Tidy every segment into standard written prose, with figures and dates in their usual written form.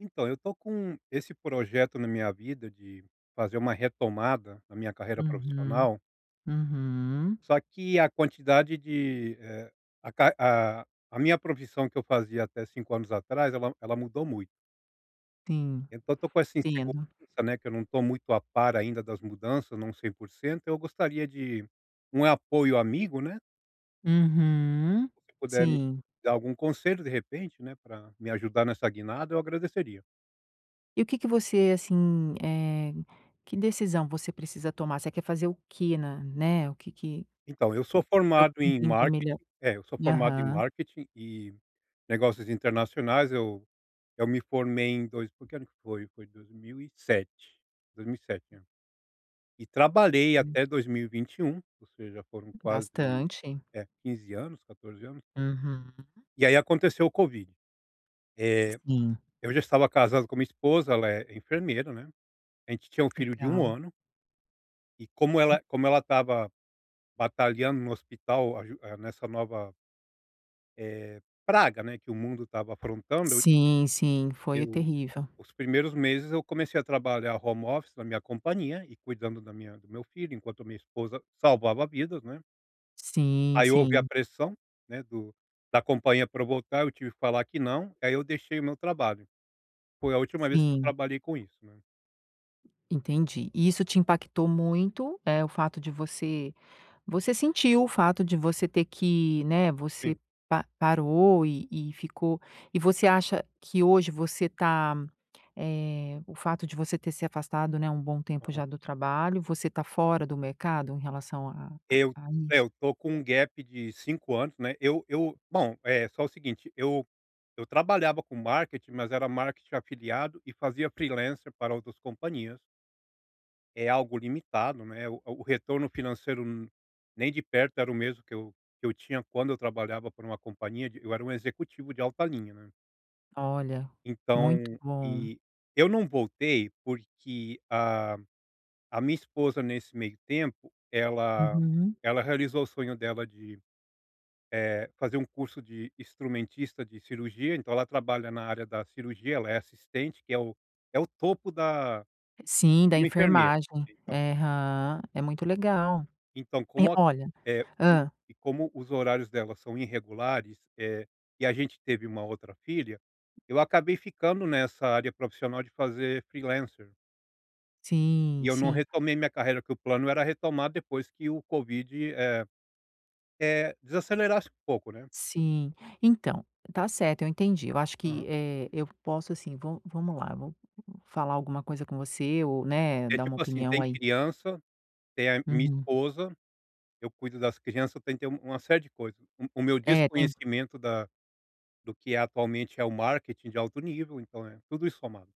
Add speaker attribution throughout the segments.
Speaker 1: Então, eu tô com esse projeto na minha vida de fazer uma retomada na minha carreira
Speaker 2: Uhum,
Speaker 1: profissional,
Speaker 2: uhum.
Speaker 1: só que a quantidade de, eh, a ca a minha profissão que eu fazia até 5 anos atrás, ela mudou muito.
Speaker 2: Sim,
Speaker 1: Então eu tô com essa
Speaker 2: entendo.
Speaker 1: insegurança, né, que eu não tô muito a par ainda das mudanças, não 100%. Eu gostaria de um apoio amigo, né,
Speaker 2: Uhum,
Speaker 1: se puder me
Speaker 2: sim.
Speaker 1: dar algum conselho de repente, né, para me ajudar nessa guinada, eu agradeceria.
Speaker 2: E o que que você, assim, que decisão você precisa tomar? Você quer fazer o que na o que que
Speaker 1: Então, eu sou
Speaker 2: pra eu
Speaker 1: formado em
Speaker 2: entender melhor.
Speaker 1: marketing
Speaker 2: Aham.
Speaker 1: e negócios internacionais, eu me formei em dois por que ano que foi? Foi 2007, 2007, é. E sete, né? E trabalhei até 2021, ou seja, foram quase,
Speaker 2: Bastante.
Speaker 1: 15 anos, 14 anos,
Speaker 2: Uhum,
Speaker 1: e aí aconteceu o COVID. Eh,
Speaker 2: sim,
Speaker 1: eu já estava casado com minha esposa, ela é enfermeira, né, a gente tinha um filho de um
Speaker 2: legal.
Speaker 1: ano, e como ela estava batalhando no hospital nessa nova eh, praga, né, que o mundo estava afrontando,
Speaker 2: Sim, sim, foi
Speaker 1: eu-
Speaker 2: terrível.
Speaker 1: os primeiros meses eu comecei a trabalhar home office na minha companhia e cuidando da minha do meu filho, enquanto a minha esposa salvava vidas, né.
Speaker 2: Sim,
Speaker 1: Aí houve a
Speaker 2: sim,
Speaker 1: pressão, né, do da companhia para eu voltar, eu tive que falar que não, aí eu deixei o meu trabalho. Foi a última vez que eu
Speaker 2: sim,
Speaker 1: trabalhei com isso, né.
Speaker 2: entendi. E isso te impactou muito, é o fato de Você sentiu o fato de você ter que, né, você
Speaker 1: Sim.
Speaker 2: pa parou e ficou e você acha que hoje você tá, o fato de você ter se afastado, né, um bom tempo já do trabalho, você tá fora do mercado em relação a
Speaker 1: Eu
Speaker 2: a
Speaker 1: é,
Speaker 2: isso?
Speaker 1: eu tô com um gap de 5 anos, né, eu bom, é só o seguinte, eu trabalhava com marketing, mas era marketing afiliado e fazia freelancer para outras companhias. É algo limitado, né, o retorno financeiro nem de perto era o mesmo que eu tinha quando eu trabalhava para uma companhia de eu era um executivo de alta linha, né.
Speaker 2: Olha, muito
Speaker 1: Então
Speaker 2: bom.
Speaker 1: e eu não voltei porque a minha esposa nesse meio tempo, ela
Speaker 2: Uhum.
Speaker 1: ela realizou o sonho dela de fazer um curso de instrumentista de cirurgia, então ela trabalha na área da cirurgia, ela é assistente, que é o topo da
Speaker 2: Sim,
Speaker 1: de
Speaker 2: da
Speaker 1: uma enfermeira.
Speaker 2: enfermagem.
Speaker 1: Então
Speaker 2: É, aham, é muito legal.
Speaker 1: então,
Speaker 2: E
Speaker 1: como a
Speaker 2: olha,
Speaker 1: eh, o
Speaker 2: hã.
Speaker 1: e como os horários dela são irregulares, e a gente teve uma outra filha, eu acabei ficando nessa área profissional de fazer freelancer. E
Speaker 2: Sim,
Speaker 1: eu não
Speaker 2: sim.
Speaker 1: retomei minha carreira, que o plano era retomar depois que o COVID, desacelerasse um pouco, né.
Speaker 2: Sim. Então, tá certo, eu entendi. Eu acho
Speaker 1: Aham.
Speaker 2: que, eu posso assim, vamos lá, vou falar alguma coisa com você ou, né,
Speaker 1: É
Speaker 2: dar uma
Speaker 1: tipo assim,
Speaker 2: opinião
Speaker 1: tem
Speaker 2: aí.
Speaker 1: criança, tem a minha
Speaker 2: Uhum.
Speaker 1: esposa. Eu cuido das crianças, eu tentei uma série de coisas. O meu
Speaker 2: É, tem
Speaker 1: desconhecimento da do que é atualmente é o marketing de alto nível, então é tudo isso somado.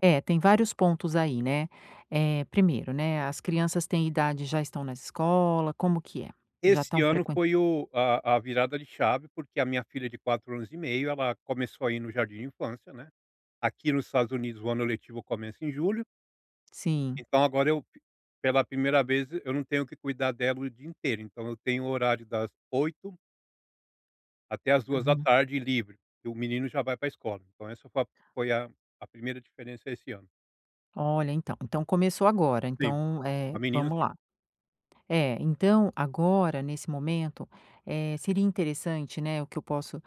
Speaker 2: é, tem vários pontos aí, né. Primeiro, né, as crianças têm idade, já estão na escola, como que é? Já
Speaker 1: Esse
Speaker 2: estão
Speaker 1: ano
Speaker 2: frequentando,
Speaker 1: foi o a virada de chave, porque a minha filha de 4 anos e meio, ela começou a ir no jardim de infância, né. Aqui nos Estados Unidos o ano letivo começa em julho,
Speaker 2: sim.
Speaker 1: então agora eu pela primeira vez eu não tenho que cuidar dela o dia inteiro, então eu tenho o horário das 8 até as 2 da
Speaker 2: Uhum.
Speaker 1: tarde livre, e o menino já vai para a escola. Então essa foi a primeira diferença esse ano.
Speaker 2: Olha, então, então começou agora,
Speaker 1: Sim,
Speaker 2: então,
Speaker 1: a menina
Speaker 2: vamos
Speaker 1: sim.
Speaker 2: lá. É, então agora, nesse momento, seria interessante, né, o que eu posso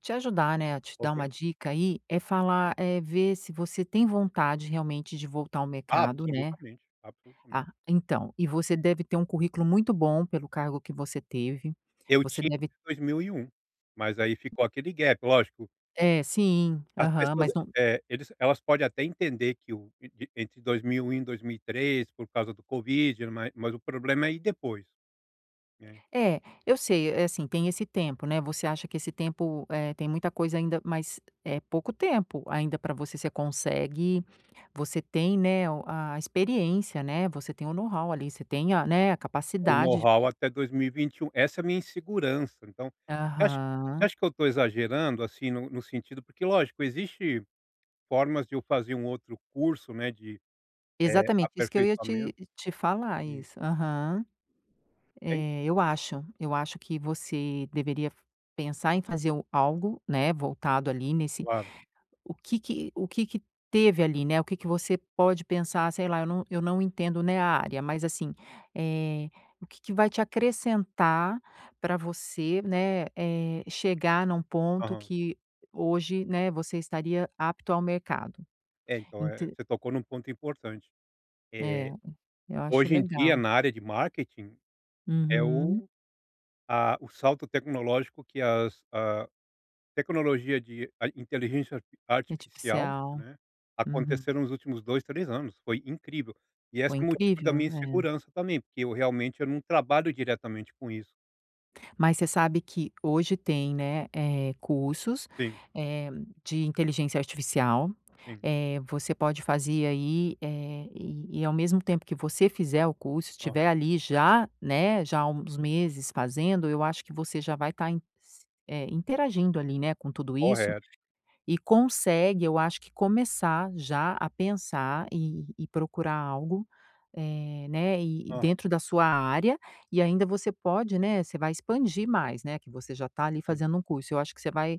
Speaker 2: te ajudar, né, a te dar
Speaker 1: Ok.
Speaker 2: uma dica aí, é falar é ver se você tem vontade realmente de voltar ao mercado, né.
Speaker 1: Absolutamente, absolutamente.
Speaker 2: Ah, então, e você deve ter um currículo muito bom pelo cargo que você teve,
Speaker 1: Eu
Speaker 2: você
Speaker 1: tinha
Speaker 2: deve
Speaker 1: 2001, mas aí ficou aquele gap, lógico,
Speaker 2: é, sim,
Speaker 1: as
Speaker 2: aham,
Speaker 1: pessoas,
Speaker 2: mas não.
Speaker 1: eles elas podem até entender que o de entre 2001 e um e 2003 por causa do COVID, mas o problema é ir depois, né.
Speaker 2: É, eu sei, é assim, tem esse tempo, né, você acha que esse tempo, tem muita coisa ainda, mas é pouco tempo ainda para você, você consegue, você tem, né, o a experiência, né, você tem o know-how ali, você tem a, né, a
Speaker 1: O
Speaker 2: capacidade
Speaker 1: know-how
Speaker 2: de-.
Speaker 1: até 2021, essa é a minha insegurança, então, você acha você
Speaker 2: Aham.
Speaker 1: acha que eu estou exagerando, assim, no sentido porque lógico, existe formas de eu fazer um outro curso, né, de,
Speaker 2: Exatamente, isso que eu ia
Speaker 1: aperfeiçoamento,
Speaker 2: te falar,
Speaker 1: sim,
Speaker 2: isso. Aham.
Speaker 1: tem
Speaker 2: Eu acho que você deveria pensar em fazer o algo, né, voltado ali nesse.
Speaker 1: claro.
Speaker 2: O que que teve ali, né, o que que você pode pensar, sei lá, eu não entendo, né, a área, mas assim, eh, o que que vai te acrescentar para você, né, chegar num ponto
Speaker 1: Aham.
Speaker 2: que hoje, né, você estaria apto ao mercado.
Speaker 1: É, então,
Speaker 2: Ent
Speaker 1: você tocou num ponto importante.
Speaker 2: é,
Speaker 1: Eh,
Speaker 2: eu acho
Speaker 1: hoje em dia,
Speaker 2: legal.
Speaker 1: na área de marketing, é
Speaker 2: Uhum.
Speaker 1: o o salto tecnológico que as a tecnologia de a inteligência artificial,
Speaker 2: Artificial.
Speaker 1: né,
Speaker 2: Uhum.
Speaker 1: aconteceram nos últimos 2 3 anos, foi incrível. E esse
Speaker 2: Foi
Speaker 1: é o motivo da
Speaker 2: incrível,
Speaker 1: minha
Speaker 2: é.
Speaker 1: insegurança também, porque eu realmente eu não trabalho diretamente com isso.
Speaker 2: Mas você sabe que hoje tem, né, cursos,
Speaker 1: Sim,
Speaker 2: eh, de inteligência artificial,
Speaker 1: sim.
Speaker 2: você pode fazer aí, e ao mesmo tempo que você fizer o curso,
Speaker 1: Aham,
Speaker 2: estiver ali já, né, já há uns meses fazendo, eu acho que você já vai estar, interagindo ali, né, com tudo isso,
Speaker 1: correto.
Speaker 2: e consegue, eu acho, que começar já a pensar e procurar algo, né, e
Speaker 1: Aham,
Speaker 2: dentro da sua área, e ainda você pode, né, você vai expandir mais, né, que você já está ali
Speaker 1: sim.
Speaker 2: fazendo um curso, eu acho que você vai,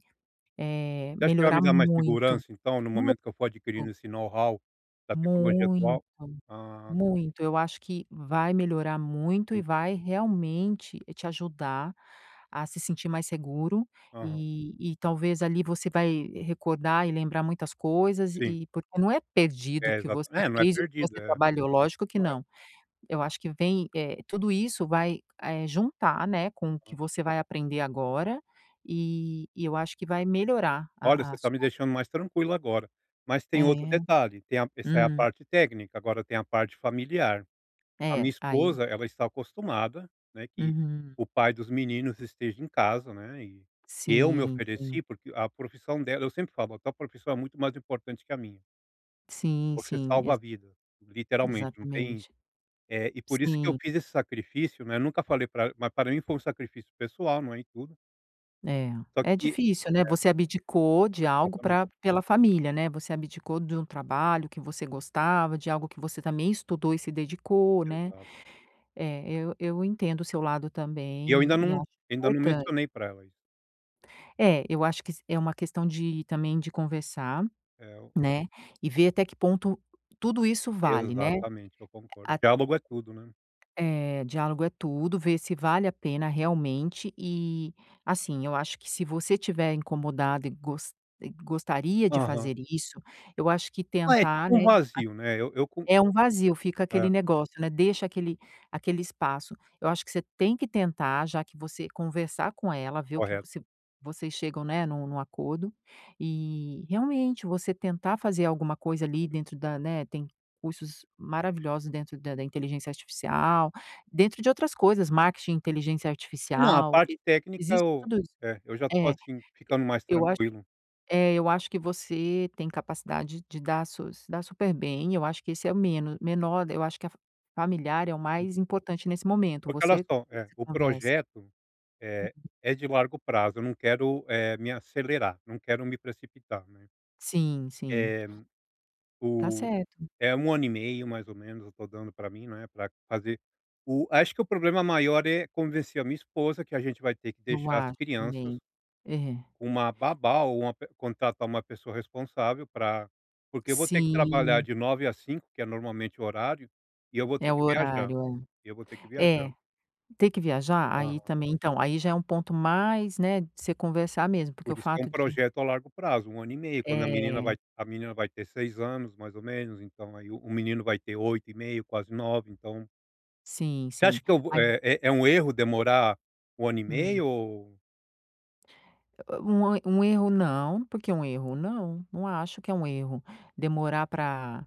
Speaker 1: Você acha que vai me
Speaker 2: melhorar
Speaker 1: dar mais
Speaker 2: muito,
Speaker 1: segurança, então, no momento que eu for adquirindo
Speaker 2: muito,
Speaker 1: esse know-how da tecnologia
Speaker 2: muito.
Speaker 1: atual? Ah,
Speaker 2: Muito, eu acho que vai melhorar muito
Speaker 1: sim.
Speaker 2: e vai realmente te ajudar a se sentir mais seguro
Speaker 1: Aham,
Speaker 2: e talvez ali você vai recordar e lembrar muitas coisas
Speaker 1: sim,
Speaker 2: e porque não é perdido o
Speaker 1: é
Speaker 2: que
Speaker 1: exato
Speaker 2: você
Speaker 1: é, não é
Speaker 2: fez, o que
Speaker 1: perdido,
Speaker 2: você
Speaker 1: é
Speaker 2: trabalhou, lógico que
Speaker 1: correto,
Speaker 2: não. Eu acho que vem, tudo isso vai, juntar, né, com o que
Speaker 1: né.
Speaker 2: você vai aprender agora e eu acho que vai melhorar
Speaker 1: Olha, você
Speaker 2: a
Speaker 1: está me
Speaker 2: sua.
Speaker 1: deixando mais tranquilo agora, mas tem outro
Speaker 2: É.
Speaker 1: detalhe, tem a essa é a
Speaker 2: Hum.
Speaker 1: parte técnica, agora tem a parte familiar. A
Speaker 2: É,
Speaker 1: minha
Speaker 2: aí.
Speaker 1: esposa, ela está acostumada, né, que
Speaker 2: Uhum.
Speaker 1: o pai dos meninos esteja em casa, né, e eu me
Speaker 2: Sim,
Speaker 1: ofereci,
Speaker 2: sim.
Speaker 1: porque a profissão dela eu sempre falo: "A tua profissão é muito mais importante que a minha,
Speaker 2: Sim,
Speaker 1: você
Speaker 2: sim,
Speaker 1: salva a
Speaker 2: ex
Speaker 1: vida", literalmente, não tem,
Speaker 2: exatamente.
Speaker 1: e por isso que eu
Speaker 2: Sim,
Speaker 1: fiz esse sacrifício, né, eu nunca falei para, mas para mim foi um sacrifício pessoal, não é, e tudo,
Speaker 2: é.
Speaker 1: só
Speaker 2: É
Speaker 1: que.
Speaker 2: difícil, né, você abdicou de algo
Speaker 1: Exatamente,
Speaker 2: para pela família, né, você abdicou de um trabalho que você gostava, de algo que você também estudou e se dedicou, né.
Speaker 1: exato.
Speaker 2: Eu entendo o seu lado
Speaker 1: E eu ainda
Speaker 2: também e
Speaker 1: não
Speaker 2: acho
Speaker 1: ainda não
Speaker 2: importante.
Speaker 1: mencionei para ela isso.
Speaker 2: É, eu acho que é uma questão de também de conversar,
Speaker 1: É o
Speaker 2: né, e ver até que ponto tudo isso vale, né.
Speaker 1: Exatamente, eu concordo. Diálogo é tudo, né.
Speaker 2: É, diálogo é tudo, ver se vale a pena realmente e, assim, eu acho que se você estiver incomodado e gos e gostaria de
Speaker 1: Aham.
Speaker 2: fazer isso, eu acho que
Speaker 1: Ah, é
Speaker 2: tentar,
Speaker 1: tipo
Speaker 2: né,
Speaker 1: um vazio, né, eu com
Speaker 2: é um vazio, fica
Speaker 1: é,
Speaker 2: aquele negócio, né, deixa aquele aquele espaço. Eu acho que você tem que tentar, já que você conversar com ela, ver o que
Speaker 1: correto.
Speaker 2: você vocês chegam, né, num acordo, e realmente você tentar fazer alguma coisa ali dentro da né, tem cursos maravilhosos dentro da inteligência artificial, dentro de outras coisas, marketing, inteligência
Speaker 1: É, não, a
Speaker 2: artificial,
Speaker 1: parte
Speaker 2: e
Speaker 1: técnica
Speaker 2: existe
Speaker 1: eu,
Speaker 2: tudo isso.
Speaker 1: eu já tô,
Speaker 2: É,
Speaker 1: assim, ficando mais
Speaker 2: eu acho
Speaker 1: tranquilo.
Speaker 2: é, eu acho que você tem capacidade de dar su se dar super bem, eu acho que esse é o menos, menor, eu acho que a familiar é o mais importante nesse momento,
Speaker 1: Porque olha
Speaker 2: você
Speaker 1: só,
Speaker 2: você
Speaker 1: o
Speaker 2: conversa.
Speaker 1: projeto, é é de largo prazo, eu não quero, me acelerar, não quero me precipitar, né.
Speaker 2: Sim, sim,
Speaker 1: Eh
Speaker 2: tá
Speaker 1: O
Speaker 2: certo,
Speaker 1: é um ano e meio, mais ou menos, eu tô dando para mim, né, para fazer o acho que o problema maior é convencer a minha esposa que a gente vai ter que
Speaker 2: eu
Speaker 1: deixar as
Speaker 2: acho
Speaker 1: crianças
Speaker 2: também. É.
Speaker 1: com uma babá ou uma pe contratar uma pessoa responsável para porque eu vou ter que trabalhar
Speaker 2: Sim,
Speaker 1: de 9 às 5 que é normalmente o horário, e eu vou ter
Speaker 2: é o
Speaker 1: que viajar.
Speaker 2: horário,
Speaker 1: Eu vou ter que
Speaker 2: é.
Speaker 1: viajar.
Speaker 2: É, ter que viajar, aí
Speaker 1: Aham.
Speaker 2: também então, aí já é um ponto mais, né, de você conversar mesmo, porque o
Speaker 1: Por isso que é um
Speaker 2: fato de
Speaker 1: projeto a largo prazo, um ano e meio, quando a menina
Speaker 2: é,
Speaker 1: vai a menina vai ter 6 anos, mais ou menos, então aí o menino vai ter 8 e meio, quase 9, então.
Speaker 2: sim,
Speaker 1: Você
Speaker 2: sim.
Speaker 1: acha que eu vou
Speaker 2: Mas
Speaker 1: é é é um erro demorar um ano e
Speaker 2: hum.
Speaker 1: meio ou?
Speaker 2: Um erro não, porque um erro não, não acho que é um erro. Demorar para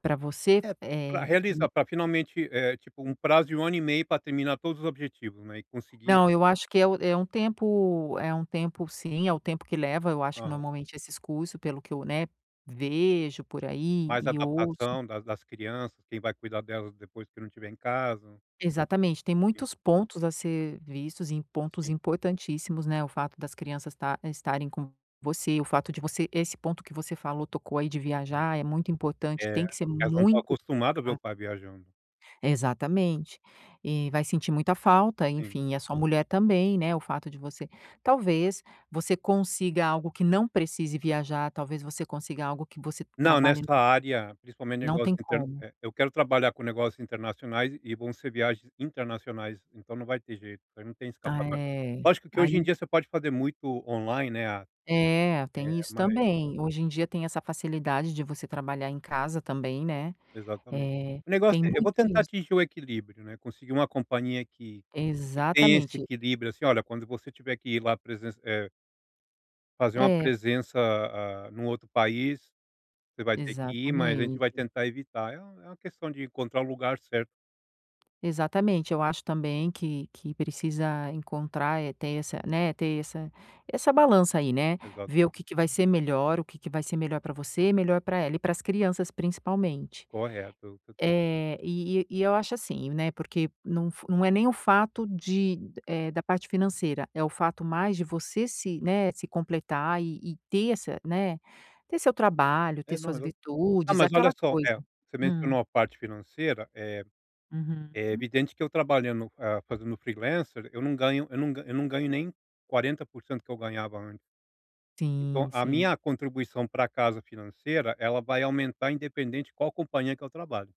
Speaker 2: para você,
Speaker 1: É. pra realizar
Speaker 2: me
Speaker 1: pra finalmente, tipo, um prazo de um ano e meio para terminar todos os objetivos, né, e conseguir.
Speaker 2: não, eu acho que é o é um tempo, é um tempo, sim, é o tempo que leva, eu acho que
Speaker 1: Aham.
Speaker 2: normalmente esses cursos, pelo que eu, né, vejo por aí
Speaker 1: Mais
Speaker 2: e ouço.
Speaker 1: adaptação das crianças, quem vai cuidar delas depois que não estiver em casa.
Speaker 2: Exatamente, tem
Speaker 1: Sim,
Speaker 2: muitos pontos a ser vistos e pontos
Speaker 1: sim.
Speaker 2: importantíssimos, né, o fato das crianças ta estarem com você, o fato de você esse ponto que você falou, tocou aí de
Speaker 1: É.
Speaker 2: viajar, é muito importante,
Speaker 1: É,
Speaker 2: tem que ser
Speaker 1: elas não estão
Speaker 2: muito
Speaker 1: acostumadas a ver o
Speaker 2: claro.
Speaker 1: pai viajando.
Speaker 2: Exatamente. E vai sentir muita falta,
Speaker 1: Sim.
Speaker 2: enfim, e a sua mulher também, né, o fato de você talvez você consiga algo que não precise viajar, talvez você consiga algo que você
Speaker 1: Não,
Speaker 2: trabalhe
Speaker 1: nessa área, principalmente
Speaker 2: não
Speaker 1: negócios.
Speaker 2: tem como.
Speaker 1: Eu quero trabalhar com negócios internacionais e vão ser viagens internacionais, então não vai ter jeito, aí não tem escapatória.
Speaker 2: É,
Speaker 1: Lógico que hoje em
Speaker 2: aí
Speaker 1: dia você pode fazer muito online, né,
Speaker 2: é, tem isso
Speaker 1: mas
Speaker 2: também. Hoje em dia tem essa facilidade de você trabalhar em casa também, né.
Speaker 1: exatamente.
Speaker 2: Eh,
Speaker 1: O negócio
Speaker 2: tem
Speaker 1: é eu vou
Speaker 2: muito
Speaker 1: tentar
Speaker 2: isso.
Speaker 1: atingir o equilíbrio, né, conseguir uma companhia que tenha esse
Speaker 2: Exatamente.
Speaker 1: equilíbrio, assim, olha, quando você tiver que ir lá, fazer uma
Speaker 2: É,
Speaker 1: presença, ah, num outro país, você vai ter que ir, mas a gente vai
Speaker 2: exatamente.
Speaker 1: tentar evitar. É uma questão de encontrar o lugar certo.
Speaker 2: Exatamente, eu acho também que precisa encontrar, ter essa, né, ter essa essa balança aí, né,
Speaker 1: Exato,
Speaker 2: ver o que que vai ser melhor, o que que vai ser melhor para você, melhor para ela e para as crianças principalmente.
Speaker 1: correto.
Speaker 2: É e e eu acho assim, né, porque não f não é nem o fato de, da parte financeira, é o fato mais de você se, né, se completar e ter essa, né, ter seu trabalho, ter
Speaker 1: É, não,
Speaker 2: suas virtudes,
Speaker 1: mas olha
Speaker 2: aquela
Speaker 1: só,
Speaker 2: coisa.
Speaker 1: você
Speaker 2: Hum,
Speaker 1: mencionou a parte financeira, é
Speaker 2: uhum.
Speaker 1: evidente que eu trabalhando, ah, fazendo freelancer, eu não ganho eu não ga eu não ganho nem 40% que eu ganhava antes. Então
Speaker 2: Sim,
Speaker 1: a
Speaker 2: sim.
Speaker 1: minha contribuição pra casa financeira, ela vai aumentar independente qual companhia que eu trabalho.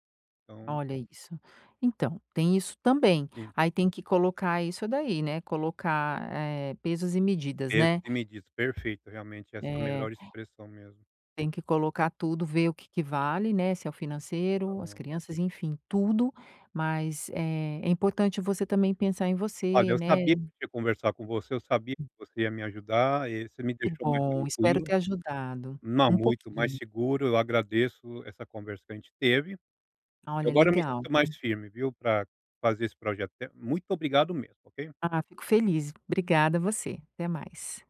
Speaker 1: Então,
Speaker 2: Olha isso. Então, tem isso também.
Speaker 1: sim,
Speaker 2: Aí tem que colocar isso daí, né, colocar, pesos e medidas,
Speaker 1: pesos
Speaker 2: né.
Speaker 1: e medidas, perfeito, realmente essa é a
Speaker 2: Eh,
Speaker 1: melhor expressão mesmo.
Speaker 2: tem que colocar tudo, ver o que que vale, né, se é o financeiro, as
Speaker 1: Então,
Speaker 2: crianças, enfim, tudo, mas, é importante você também pensar em
Speaker 1: olha,
Speaker 2: você,
Speaker 1: eu
Speaker 2: né.
Speaker 1: sabia que eu tinha que conversar com você, eu sabia que você ia me ajudar, e você me
Speaker 2: Que
Speaker 1: deixou mais
Speaker 2: bom, espero
Speaker 1: tranquilo.
Speaker 2: ter ajudado
Speaker 1: Não,
Speaker 2: um
Speaker 1: muito mais
Speaker 2: pouquinho.
Speaker 1: seguro, eu agradeço essa conversa que a gente teve.
Speaker 2: Olha,
Speaker 1: Agora eu me
Speaker 2: legal.
Speaker 1: sinto mais firme, viu, para fazer esse projeto. Muito obrigado mesmo, ok?
Speaker 2: Ah, fico feliz. Obrigada a você. Até mais.